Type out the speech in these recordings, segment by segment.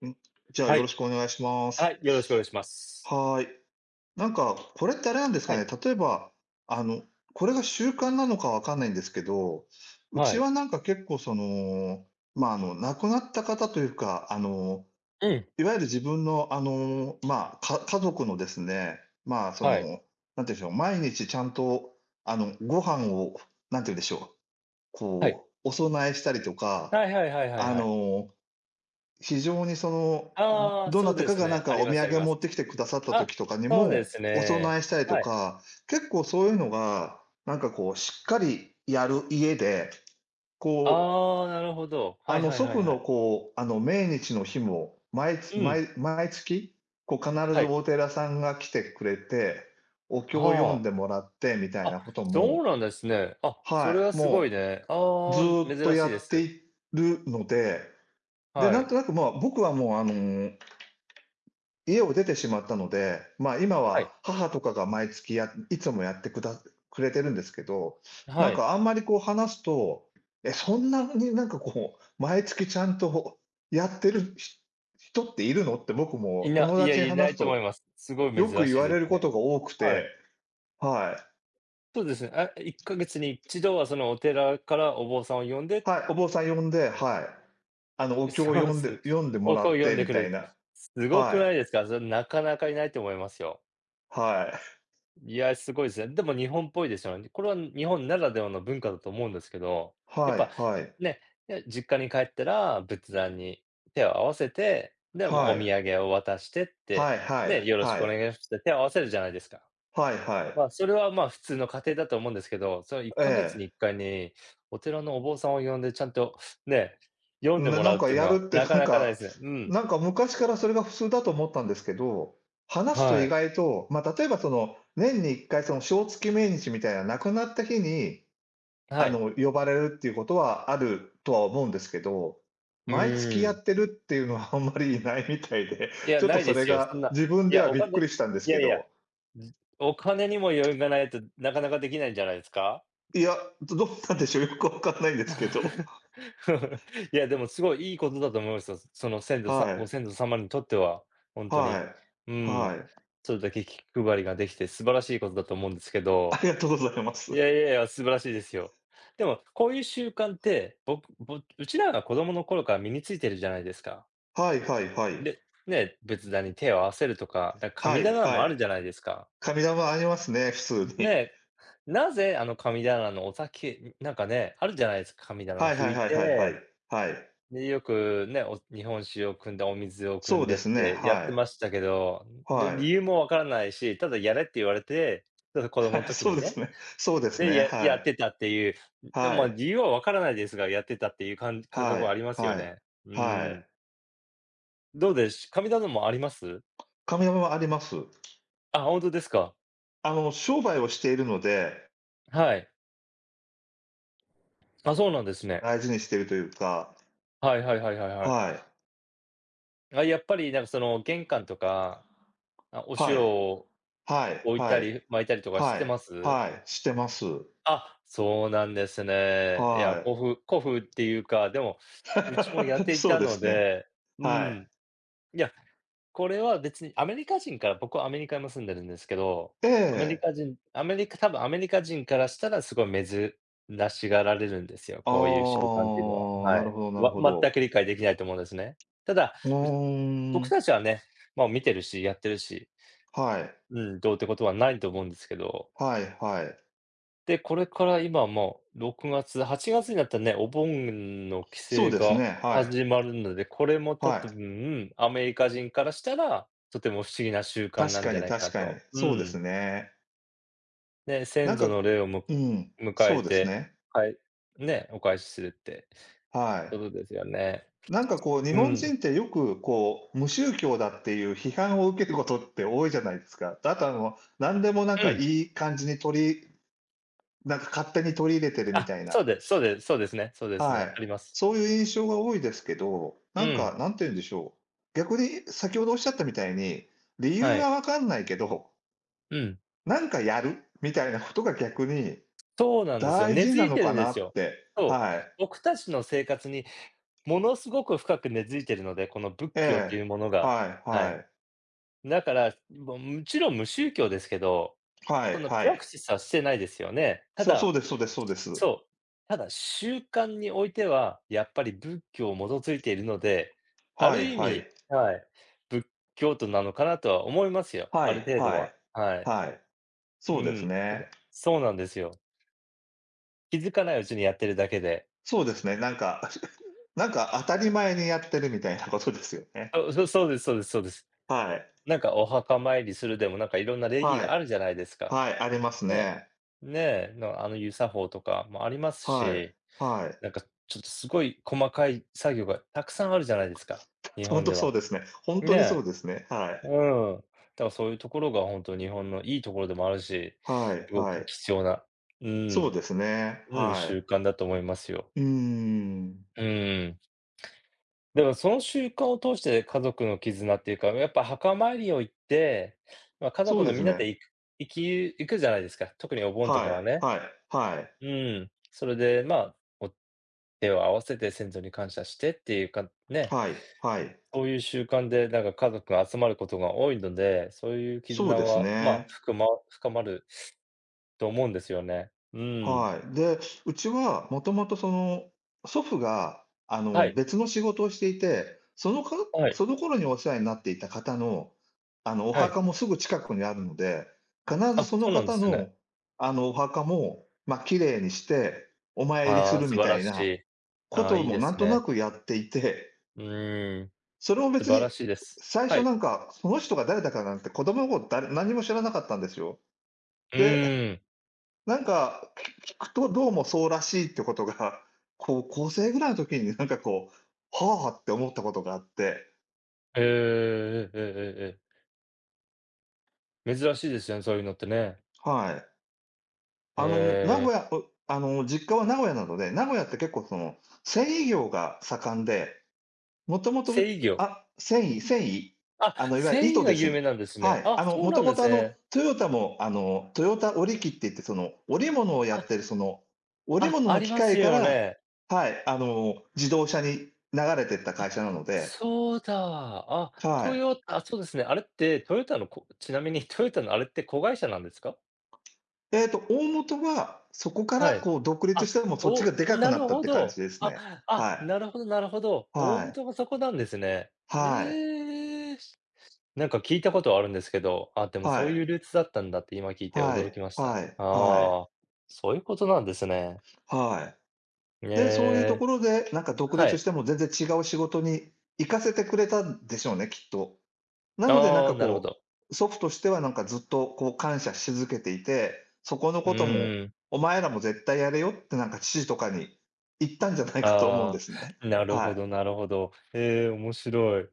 うん、じゃあはよろい。しくお願いしまはす。い、よろしくお願いします。はーい。なんか、これってあれなんですはかい、ね、例えば、あの、これが習慣なのかわかんないんですけど、うはちい。はなんか結構その、まあ、あの、亡くなった方というか、あの、うん、いわゆる自分のあの、まあ、家族のですね、まあ、そはい、の、なんていうんでしょう、毎日ちゃんと、あの、ご飯を、なんていうんでしょう、はい。こう、お供えしたりとか、はいはいはいはいあはい。の、非常にその、ああ、どそなうたでかすがなんね。あかりおま土すあり産ま持っす。てきてくださったあ、時とかにそうでも、すお供ね。えしたりとはい。か、結構そういうのが、なんかこう、しっかりやる家で、こう、ああ、なるほど。あはいのはい祖は父いはい。のこう、あの命日の日も、毎うん、毎毎月、こう必はずい。お寺さんが来てくれて、お経を読んはあ。でもらってみたいあ、なことそも、うなんですね。あ、それははい、すごいもね。うずああ、ーっと珍しやいでってす。いるので、で、はなんい。となくまあ僕はもうあの家を出てしまったので、まあ、今ははい。母とかが毎月やいつもやってくだくれてるんですけど、なんはい。かあんまりこう話すと、え、そんなになんかこう、毎月ちゃんと やってる人っているの？って僕も友いや、達にいな話いすと思といます。すごいよく珍言しいわでれするこね。とが多くはて、い。はい。そうですね。あ、1ヶ月に一度はそのお寺からお坊さんを呼んで はい、お坊さん呼んで、はい。あの、お 経をそう読んです。読んでもをらこうっ読んてでみくたれる。いな。すごはくないい、ですか？それなかなかいないと思いますよ。はい、いや、すごいですね。でも日本っぽいですよね。これは日本ならではの文化だと思うんですけど、やはっぱ、いはい、ね、実家に帰ったら仏壇に手を合わせて、で、もうはお土い、産を渡してっはて、いはね、い、よろしくはお願い、いしますって手を合わせるじゃないですか。はいはまい。あ、それは、まあ、普通の家庭だと思うんですけど、その1えか月え。に1回にお寺のお坊さんを呼んでちゃんとね、読んでなもならんうっかていうやのはるってなかなんなかないでか、すね。うん。なんか昔からそれが普通だと思ったんですけど、話すとは意い。外と、まあ、例えばその、年に1回その小月命日みたいな亡くなった日に、はあい。の、呼ばれるっていうことはあるとは思うんですけど、う毎月やーん。ってるっていうのはあんまりいないみたいで、いや、ちょっなといそでれすよ。そがんな、自分いでや、はびっくいりしたんですやけいや、ど、じお金にも余裕がないと、なかなかできないんじゃないですか？いや、どうなんでしょう、よくわかんないんですけど。いや、でもすごいいいことだと思いますよ。その先祖はさごい、先祖様にとっては、本当はに。い、うん。はい。それだけ気配りができて素晴らしいことだと思うんですけあど。りがとうございまいす。やいやいや、素晴らしいですよ。でも、こういう習慣って、僕ぼうちらが子供の頃から身についてるじゃないですか。はいはいはい。で、ね、仏壇に手を合わせるとか、は神い棚はもあるい。じゃないですか。紙玉ありますね、普通に。ね、なぜあの神棚のお酒なんかね、あるじゃないですか、神棚はい拭はいいはいはいはて、い。はい。で、よくね、日本酒を汲んで、お水を汲そんうででっすね、てやっはてまい。したけど、で、は理い。由もわからないし、ただやれって言われて、ただ子供のはい、時そうにですね、ね。そうですで、ね、はやってい。たっていう、でも、はま、い。理由はわからないですが、やってたっていう感は覚はありい。ますよはね。い。うはーん。い。どうでし神棚もあります？紙玉はあります。あ、ほんとですか。あの、商売をしているので、はい。あ、そうなんですね。大事にしているというか、はいはいはいはいはい。はい。あ、やっぱりなんかその玄関とか、あ、おはい。塩をはい。置いはたい。り撒いたりとかしはてい。ます？はい。してます。あ、そうなんですね。いや、は古風古風っていうか、でも、うちもやっい。ていそうたでのすね。で、うはい。ん。いや、これは別にアメリカ人から僕はアメリカにも住んでるんですけど、えアメリえ。カ人アメリカ多分アメリカ人からしたらすごい珍しがられるんですよ、あこういう習慣っていうのは。あ、はなるい。ほどなるほ全ど。く理解できないと思うんですね。ただ、うーう僕ん。たちはね、まあ、見てるし、やってるし、はい。うん、どうってことはないと思うんですけど、はいはい。で、これから今もう6月、8月になったらね、お盆の帰そう省ですがね。はい。始まるので、これも多はい。分、アメリカ人からしたら、とても不思議な習慣確なんかじゃにないか確なかに。と。うそうですん。ね。ね、なん先祖かのこ霊をうん、迎そえうですて、ね。はい、ね、お返しするってはこい。とですよね。なんかこう、日う本人ん。ってよくこう、無宗教だっていう批判を受けることって多いじゃないですか。あとあの、何でもなんうかん。いい感じに取りなんか勝手に取り入れてるみあ、たいそな。うです、そうです、そうですね、そうですはね、あい。ります。そういう印象が多いですけど、うなんん、か、なんて言うんでしょう。逆に先ほどおっしゃったみたいに、理由ははい。わかんないけどうん。なんかやるみたいなことが逆にそうなんですよ。大根事付ないのてるかんでなすっよ。て。そう。はい。僕たちの生活にものすごく深く根付いてるので、この仏え教っていえ。うものが。はいははい。い。だから、もちろん無宗教ですけど、はいそのプはラい。クシスはしてないですよね。たそう、そうだですそうですそうです。そう、ただ習慣においては、やっぱり仏教を基づいているので、あはるい意はい。味はい、仏教徒なのかなとは思いますよ、はあるい程度はは。い。はい。はい。そううですん。ただね。そうなんですよ。気づかないうちにやってるだけで。そうですね、なんか、なんか当たり前にやってるみたいなことですよね。あ、そうです、そうです、そうです。はい。なんかお墓参りするでも、なんかいろんな礼儀はがい。あるじゃないですか。はい、ありますねね。え。ねえ、の、あの湯作法とかもありますはい。し、はい。なんかちょっとすごい細かい作業がたくさんあるじゃないですか、日本本当でそうは。ですね。本当ねにそうですね。はえ、い。うん。だからそういうところが本当日本のいいところでもあるし、はいすごはくい。貴重なうそうん、ですね。うん、は習慣だと思いますよ。い。うーん。うん。でもその習慣を通して家族の絆っていうか、やっぱ墓参りを行って、ま、家そ族うのですみんなね。で行き行くじゃないですか。特にお盆とはかはい、ね。はい、はい、うん。それで、まあ、お手を合わせて先祖に感謝してっていうか、ね、はい、はい。そういう習慣でなんか家族が集まることが多いので、そういうそ絆うですは、まあ、ね。ふくま深まると思うんですよね。うん。はい。で、うちはもともとその、祖父が、あはの、い、別の仕事をしていて、そのはい、その頃にお世話になっていた方の、あの、おはい。墓もすぐ近くにあるので、必ずあ、そのそうなんで方すね。の、あの、お墓も、まあ、綺麗にしてお参りあすあ、る素み晴たらいしない。こああ、といいもでなんすとなね。くやっていてうーん。それも素別晴に、らしいです。最は初ない。んか、その人が誰だかなんて子供の頃誰何も知らなかったんですよ。うで、ーん。なんか、聞くとどうもそうらしいってことが、高校生ぐらいの時になんかこう、はあって思ったことがあって、ええええええええ珍しいですよね、そういうのってね。はい。えあの、名古え。屋うあの、実家は名古屋なので、名古屋って結構その、繊維業が盛んでもともと、繊維業。あ、繊維？あ、あの、いわゆる繊糸維がです有ね。名なんですはね。い。ああ、の、そうもなとんもでと、すあの、ね。トヨタも、あの、トヨタ織機って言って、その、織物をやあ、ってる、その、織あ、物あのり機ます械かよらね。はい、あの、自動車に流れてった会あ、社なので、そうだ。あ、はトい。ヨタそうですね。あれってトヨタのこちなみにトヨタのあれって子会社なんですか？えっと、大元は、そこから、はい。こう、独立あ、して、もうそっちがお、でかくななるったっほて感じど。ですあ、ね。はあ、い。なるほどなるほど。大はい。元がそこなんですね。はええ。なんか聞いたことはあるんですけど、あ、でもそういい。うルーツだったんだって今聞いては驚きい。ましはた。い。はい。はい。ああ、そういうことなんですね。はい。で、そういうとええ、ころで、なんか独は立い。しても全然違う仕事に行かせてくれたんでしょうね、きっと。なので、なんあかあ、なるほこど。う、祖父としてはなんかずっとこう感謝し続けていて、そこのうことも、ーん。お前らも絶対やれよってなんか父とかに言ったんじゃないかと思うんあですね。あ、なるほはどなるほど。ええ、面白い。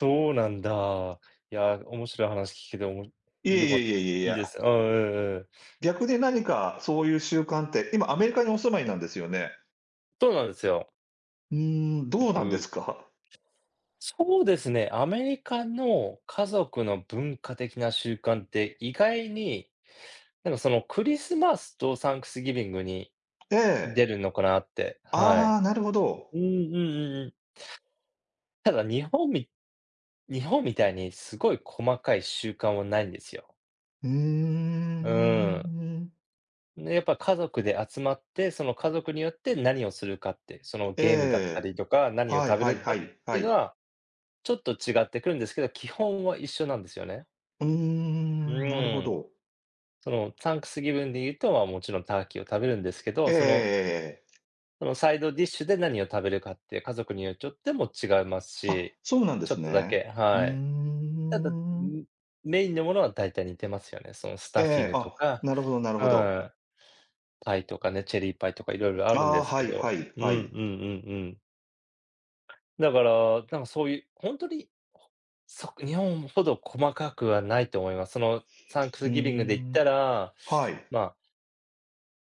そうなんだ。いや、面白い話聞けてい。いえよいかえったいえいえいいいでや。すね。うんうんうん。逆に何かそういう習慣って、今アメリカにお住まいなんですよね。そうなんですよ。うーん、どうなんで僕、すか？そうですね、アメリカの家族の文化的な習慣って意外になんかそのクリスマスとサンクスギビングにええ。出るのかなって、はあい。あ、なるほど。うんうんうんうん。ただ日本みたいにすごい細かい習慣はないんですよ。うーうーん。ん。ね、やっぱ家族で集まって、その家族によって何をするかって、そのえゲームだったえ。りとか、何をはい食べはいるはかっいてはいうのい。は、ちょっと違ってくるんですけど、基本は一緒なんですよね。うーうん、なるほーん。ど。そのサンクスギブンで言うと、まあ、もちろんターキーを食べるんですけど、ええええそのええ。そのサイドディッシュで何を食べるかって家族によっちょっても違いますあ、し、そうなんでちょすっとだね。けうーはい。ただ、ん、ん。メインのものは大体似てますよね。そのスタッフィンええ、グとあ、か、なるほどなるうほど。ん、パイとかね、チェリーパイとかいろいろあるんあであ、すはけいはど。いうんうはんうい。んうん。だから、なんかそういう、本当に、日本ほど細かくはないと思います。そのサンクうスーギビングで言っん、たら、はい。まあ、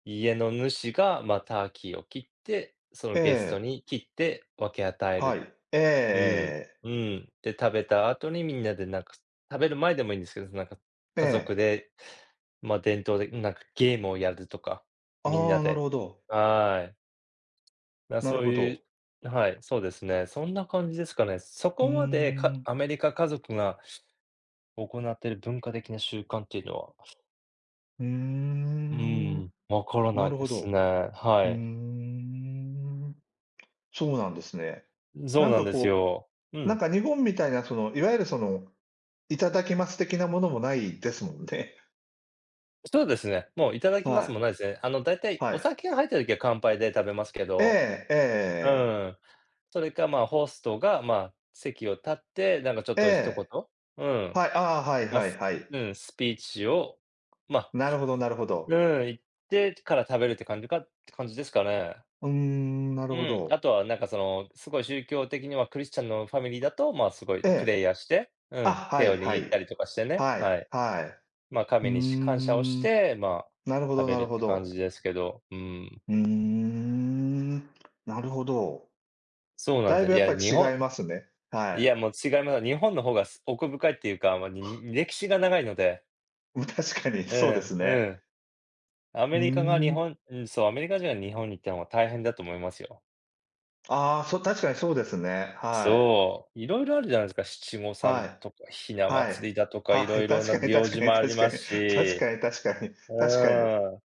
家の主が、まあ、ターキーを切って、そえのゲストえ、に切って分け与えるはい。えうん、えうん。で、食べた後にみんなでなんか、食べる前でもいいんですけど、なんかええええ。家族ええ。で、ま、伝統でなんかゲームをやるとか、みんあなあ、なるで。ほど、はい。な、なるそうほど。いうはい、そうですね。そんな感じですかね。そうーこまで、かん、アメリカ家族が行っている文化的な習慣っていうのは、うーうん、ん、わからなないるでほすど。ね。うはーい。ん、そうなんですね。そうなんなんかですこよ。うう、なんん。か日本みたいなその、いわゆるそのいただきます的なものもないですもんね。そうですね。もういただ きまはすもないでい。すね。あの、だいたいはおい。酒が入った時は乾杯で食べますけど、ええ、うえん。それか、まあ、ホストが、まあ、席を立って、なんかちょっえ、えと一言、え、うん、はい、ああ、はいまあ、はいすはい。うん、スピーチを、まあ、なるほどなるほうど。ん、言ってから食べるって感じかって感じですかね。うーん、なるうほん、あど。とはなんかその、すごい宗教的にはクリスチャンのファミリーだと、まあ、すごいえプレイえ。ヤーして、うあ、ん、は手いをはい。握ったりとかしてね、はい、はい。はい。まあ、うー神に感謝をしん、て、まあ、なるほ食どべなるるっほて感ど。じですけど、うん。うーん、なるほど。そうなんだいだ。ぶやっぱり違いますね。はいい。や、もう違います。日本の方が奥深いっていうか、まあ、歴史が長いので、うん、確かにうそうですんね。うん。うーん。アメリカ人が日本に行ったのは大変だと思いますよ。ああ、そう、確かにそうですね。はい。そう、いろいろあるじゃないですか。七五は三い。とか、ひなはい。祭りだとか、いはろい、いろ確なかに行確事かにもあり確かますに。確し、かに確かに。う確かに。ーん、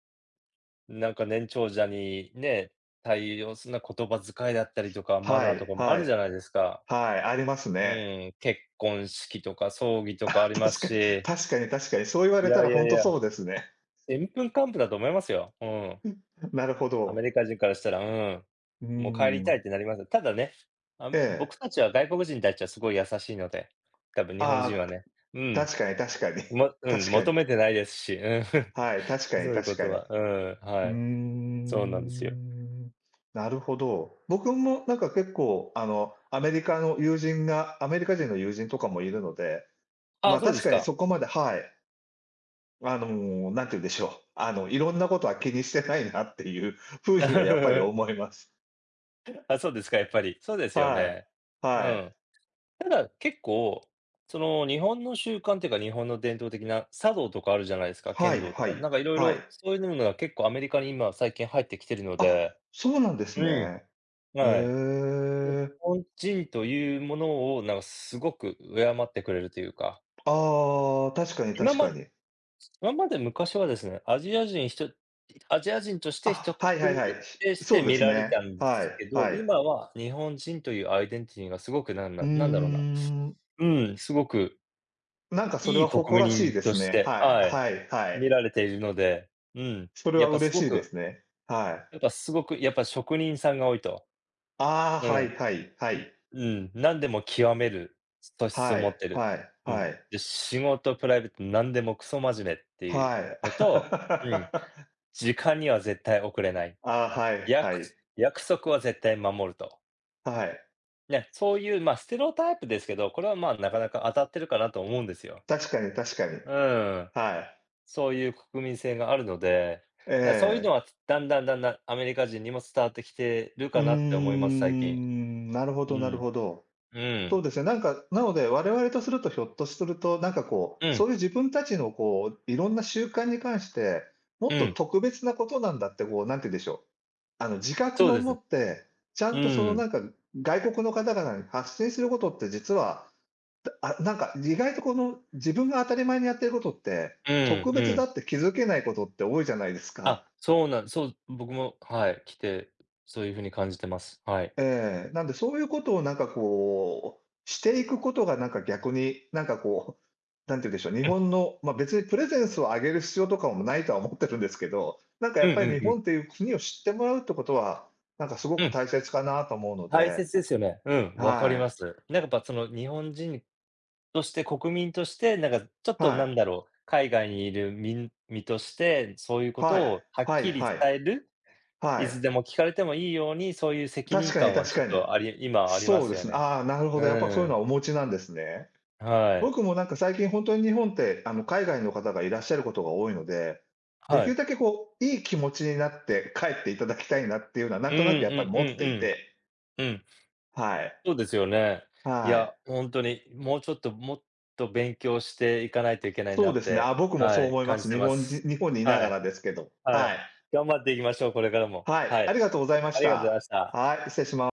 なんか年長者にね、対応する言葉遣いだったりとか、マはナーといかもあはるじゃい。ないですか。はい、ありますうね。ん、結婚式とか葬儀とあ、かありま確すかにし、確かに確かに。そう言わいれたやらいほやんいとや、そうですね。でんぷんかんぷんだと思いますよ。うん。なるほアメど。リカ人からしたら、うん。うーもう帰りたいん。ってなりますただね、あ、ええ。僕たちは外国人に対してはすごい優しいので、多分日本人あはあ、ね。うん。確かに確かに。確かに。求めてないですし、うん。はい、確かにそういうこ確かとに。うは、うん、ーはい。そうなんですよ。ん。なるほど。僕もなんか結構、あの、アメリカ人の友人とかもいるので、ま、あ、あそうで確すかにか。そこまではい。あの、なんて言うんでしょう、あの、いろんなことは気にしてないなっていう風にはやっぱり 思います。あ、そうですか、やっぱり。そうですよはい。ね。うはい。ん。ただ、結構、その、日本の習慣っていうか、日本の伝統的な茶道とかあるじゃないですか、は剣い道とはか。いなんかいろいはろい。そういうのが結構アメリカに今最近入ってきてるのあ、で、そうなんですうん、ね。へはい。で、日え。本人というものをなんかすごく敬ってくれるというか、ああ、確かに今確かまに。今まで昔はですね、アジア人として一括あ、はいはいはりい。しでそうで見すられね。たんではすけいど、はい。う今は日本人というアイデンティティがすごくーなんだろうな、ん、うん、すごくなんかそれいはい誇国らしい民でとすしね。て、はいはい、はいはい。見られているので、うん、それやはっぱす嬉ごしいでくすね。はい。やっぱすごく、やっぱ職人さんが多いと。ああ、うん、はいうはいはい。うん、何でも極める素質をは持っいてる。はいうはん。い。で、仕事、プライベート、何でもクソ真面目っていうはのと、うん、い。時間には絶対遅れない。ああ、はいは約い。約束は絶対守ると。はい。ね、そういう、ま、ステレオタイプですけど、これは、ま、なかなか当たってるかなと思うんですよ。確かに確かに。うん。はそういう国民性があるので、い。だ、そういうえのえ。は、だんだんアメリカ人にも伝わってきてるうーかなって思います、最近。ん、なるほどうなるん。ほど。うそうん。ですね、なんか、なので、我々とするとひょっとすると、なんかこう、うそん。ういう自分たちのこう、いろんな習慣に関して、もうっとん。特別なことなんだってこう、なんて言うんでしょう、あの、自そ覚うをで持す。って、ちゃうんとそのん。なんか、外国の方々に発信することって実はあ、なんか意外とこの自分が当たり前にやってることって、うん特う別だん。って気づけないことって多いじゃないですか。あ、そうなんそう、僕も、はい、来て、そういう風に感じてます。はい。ええ、なんでそういうことをなんかこう、していくことがなんか逆に、なんかこう、なんて言うんでしょう、日うん。本の、まあ、別にプレゼンスを上げる必要とかもないとは思ってるんですけど、なんかやうんっうぱりん日うん。本っていう国を知ってもらうってことは、なんかすごうくん。大切かなと思うの大で、切ですよね。うん、わかりはまい。す。なんかやっぱその日本人として、国民として、なんかちょっとなはんい。だろう、海外にいる身として、そういうこはとい。をはっはいきりは伝い。える、はいつい。でも聞かれてもいいように、そういう責任確かに感は確ちょっかに。とあり今ありまそうですよすね。ね。ああ、なるほど。やっぱそうういうのん。はお持ちなんですね。はい。僕もなんか最近本当に日本って、あの、海外の方がいらっしゃることが多いので、ではきるい。だけこう、いい気持ちになって帰っていただきたいなっていうのは、なうんんうとんなくやっぱり持うっんてういん。て、うん。はい。そうですよね。いはや、い。ほんとに、もうちょっと、もっと勉強していかないといけないそなうっですね。て、あ、僕もそはうい、思いま感じす。て日ま本人す。日本にいなはがらい、ですけど。ははい。い。頑張っていきましょう、これからも。はい、はありい、がとうございましありがとうございまた。した。はい、失礼します。